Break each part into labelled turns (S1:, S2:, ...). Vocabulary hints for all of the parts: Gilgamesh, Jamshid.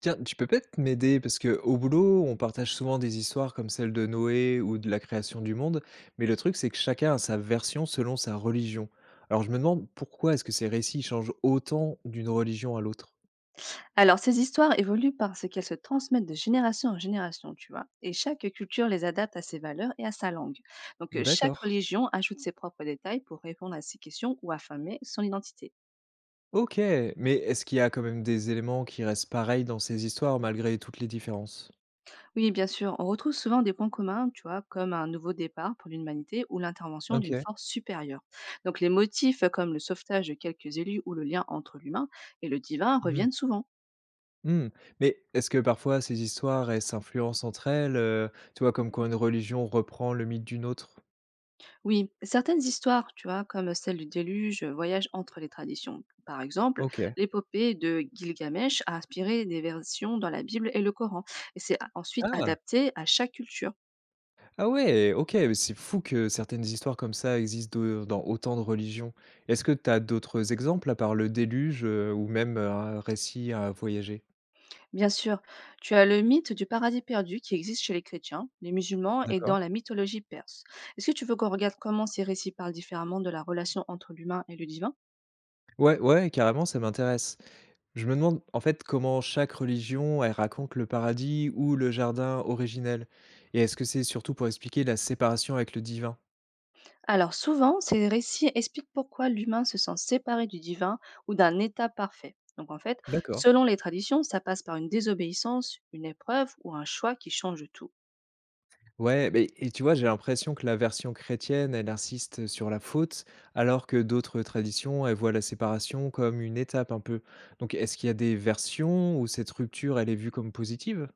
S1: Tiens, tu peux peut-être m'aider parce que au boulot, on partage souvent des histoires comme celle de Noé ou de la création du monde, mais le truc, c'est que chacun a sa version selon sa religion. Alors je me demande pourquoi est-ce que ces récits changent autant d'une religion à l'autre?
S2: Alors, ces histoires évoluent parce qu'elles se transmettent de génération en génération, tu vois. Et chaque culture les adapte à ses valeurs et à sa langue. Donc, chaque
S1: D'accord.
S2: religion ajoute ses propres détails pour répondre à ces questions ou affirmer son identité.
S1: Ok, mais est-ce qu'il y a quand même des éléments qui restent pareils dans ces histoires malgré toutes les différences?
S2: Oui, bien sûr, on retrouve souvent des points communs, tu vois, comme un nouveau départ pour l'humanité ou l'intervention
S1: Ok.
S2: d'une force supérieure. Donc, les motifs comme le sauvetage de quelques élus ou le lien entre l'humain et le divin
S1: Mhm.
S2: reviennent souvent.
S1: Mhm. Mais est-ce que parfois ces histoires, elles s'influencent entre elles, tu vois, comme quand une religion reprend le mythe d'une autre?
S2: Oui, certaines histoires, tu vois, comme celle du déluge, voyagent entre les traditions. Par exemple,
S1: Ok.
S2: l'épopée de Gilgamesh a inspiré des versions dans la Bible et le Coran, et ensuite
S1: Ah!
S2: adapté à chaque culture.
S1: Ah ouais, OK, mais c'est fou que certaines histoires comme ça existent de dans autant de religions. Est-ce que tu as d'autres exemples à part le déluge, ou même, un récit à voyager?
S2: Bien sûr, tu as le mythe du paradis perdu qui existe chez les chrétiens, les musulmans et
S1: D'accord.
S2: dans la mythologie perse. Est-ce que tu veux qu'on regarde comment ces récits parlent différemment de la relation entre l'humain et le divin.
S1: Ouais, ouais, carrément, ça m'intéresse. Je me demande, en fait, comment chaque religion, elle raconte le paradis ou le jardin originel? Et est-ce que c'est surtout pour expliquer la séparation avec le divin?
S2: Alors souvent, ces récits expliquent pourquoi l'humain se sent séparé du divin ou d'un état parfait. Donc en fait,
S1: D'accord.
S2: selon les traditions, ça passe par une désobéissance, une épreuve ou un choix qui change tout.
S1: Ouais, mais et tu vois, j'ai l'impression que la version chrétienne, elle insiste sur la faute, alors que d'autres traditions, elles voient la séparation comme une étape un peu. Donc, est-ce qu'il y a des versions où cette rupture, elle est vue comme positive?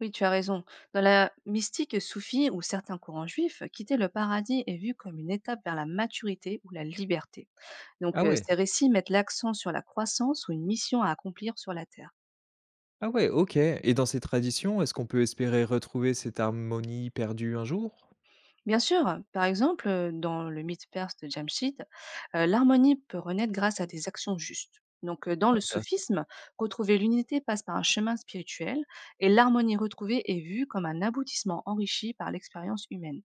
S2: Oui, tu as raison. Dans la mystique soufie ou certains courants juifs, quitter le paradis est vu comme une étape vers la maturité ou la liberté. Donc
S1: Ah ouais,
S2: ces récits mettent l'accent sur la croissance ou une mission à accomplir sur la terre.
S1: ah ouais, ok. Et dans ces traditions, est-ce qu'on peut espérer retrouver cette harmonie perdue un jour?
S2: Bien sûr, par exemple, dans le mythe perse de Jamshid, l'harmonie peut renaître grâce à des actions justes. Donc, dans
S1: Ah,
S2: le
S1: intéressant.
S2: soufisme, retrouver l'unité passe par un chemin spirituel et l'harmonie retrouvée est vue comme un aboutissement enrichi par l'expérience humaine.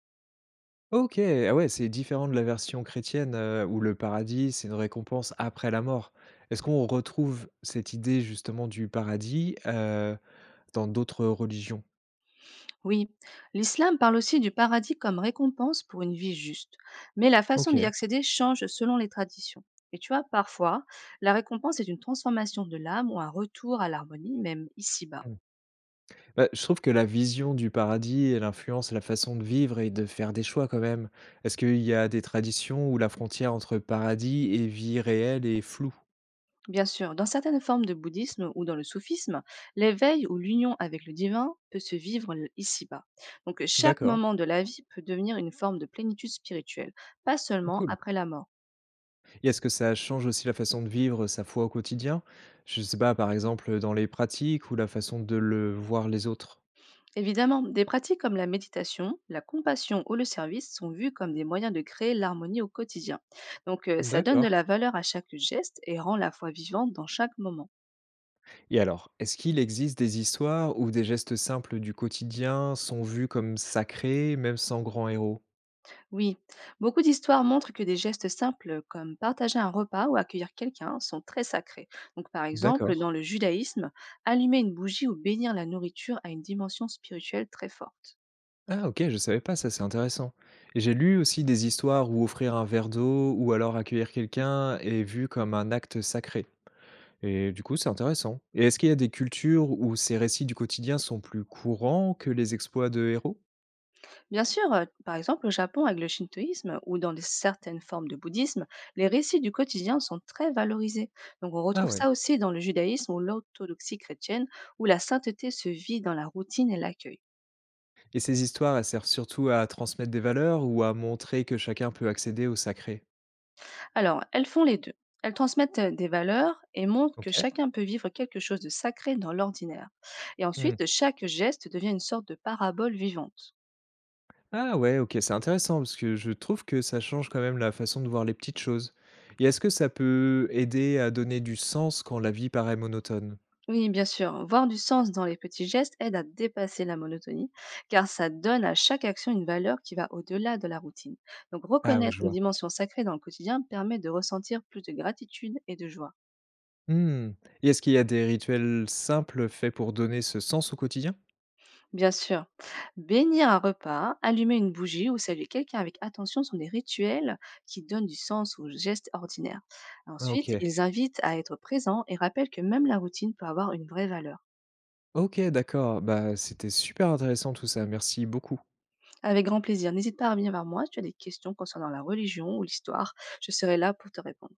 S1: Ok, ah ouais, c'est différent de la version chrétienne où le paradis, c'est une récompense après la mort. Est-ce qu'on retrouve cette idée justement du paradis dans d'autres religions?
S2: Oui, l'islam parle aussi du paradis comme récompense pour une vie juste, mais la façon d'y
S1: OK.
S2: accéder change selon les traditions. Et tu vois, parfois, la récompense est une transformation de l'âme ou un retour à l'harmonie, même ici-bas.
S1: Mmh. Bah, je trouve que la vision du paradis, elle influence la façon de vivre et de faire des choix quand même. Est-ce qu'il y a des traditions où la frontière entre paradis et vie réelle est floue?
S2: Bien sûr, dans certaines formes de bouddhisme ou dans le soufisme, l'éveil ou l'union avec le divin peut se vivre ici-bas. Donc chaque
S1: D'accord,
S2: moment de la vie peut devenir une forme de plénitude spirituelle, pas seulement
S1: cool.
S2: après la mort.
S1: Et est-ce que ça change aussi la façon de vivre sa foi au quotidien? Je sais pas, par exemple, dans les pratiques ou la façon de le voir les autres.
S2: Évidemment, des pratiques comme la méditation, la compassion ou le service sont vues comme des moyens de créer l'harmonie au quotidien. Donc ça donne de
S1: D'accord.
S2: la valeur à chaque geste et rend la foi vivante dans chaque moment.
S1: Et alors, est-ce qu'il existe des histoires où des gestes simples du quotidien sont vus comme sacrés, même sans grand héros?
S2: Oui, beaucoup d'histoires montrent que des gestes simples comme partager un repas ou accueillir quelqu'un sont très sacrés. Donc par
S1: D'accord.
S2: exemple, dans le judaïsme, allumer une bougie ou bénir la nourriture a une dimension spirituelle très forte.
S1: Ah OK, je savais pas ça, c'est intéressant. Et j'ai lu aussi des histoires où offrir un verre d'eau ou alors accueillir quelqu'un est vu comme un acte sacré. Et du coup, c'est intéressant. Et est-ce qu'il y a des cultures où ces récits du quotidien sont plus courants que les exploits de héros?
S2: Bien sûr, par exemple au Japon avec le shintoïsme ou dans certaines formes de bouddhisme, les récits du quotidien sont très valorisés. Donc on
S1: Ah
S2: retrouve
S1: ouais.
S2: ça aussi dans le judaïsme ou l'orthodoxie chrétienne où la sainteté se vit dans la routine et l'accueil.
S1: Et ces histoires, elles servent surtout à transmettre des valeurs ou à montrer que chacun peut accéder au sacré.
S2: Alors elles font les deux. Elles transmettent des valeurs et montrent que
S1: OK.
S2: chacun peut vivre quelque chose de sacré dans l'ordinaire. Et
S1: Hmm.
S2: ensuite, chaque geste devient une sorte de parabole vivante.
S1: Ah ouais, OK, c'est intéressant parce que je trouve que ça change quand même la façon de voir les petites choses. Et est-ce que ça peut aider à donner du sens quand la vie paraît monotone?
S2: Oui, bien sûr, voir du sens dans les petits gestes aide à dépasser la monotonie, car ça donne à chaque action une valeur qui va au-delà de la routine. Donc
S1: Ah ouais, je
S2: reconnaître une
S1: vois.
S2: dimension sacrée dans le quotidien permet de ressentir plus de gratitude et de joie.
S1: Hmm. Et est-ce qu'il y a des rituels simples faits pour donner ce sens au quotidien?
S2: Bien sûr, bénir un repas, allumer une bougie ou saluer quelqu'un avec attention sont des rituels qui donnent du sens aux gestes ordinaires.
S1: Ah,
S2: Ensuite,
S1: OK.
S2: ils invitent à être présents et rappellent que même la routine peut avoir une vraie valeur.
S1: OK, d'accord. Bah, c'était super intéressant tout ça. Merci beaucoup.
S2: Avec grand plaisir. N'hésite pas à revenir vers moi si tu as des questions concernant la religion ou l'histoire, je serai là pour te répondre.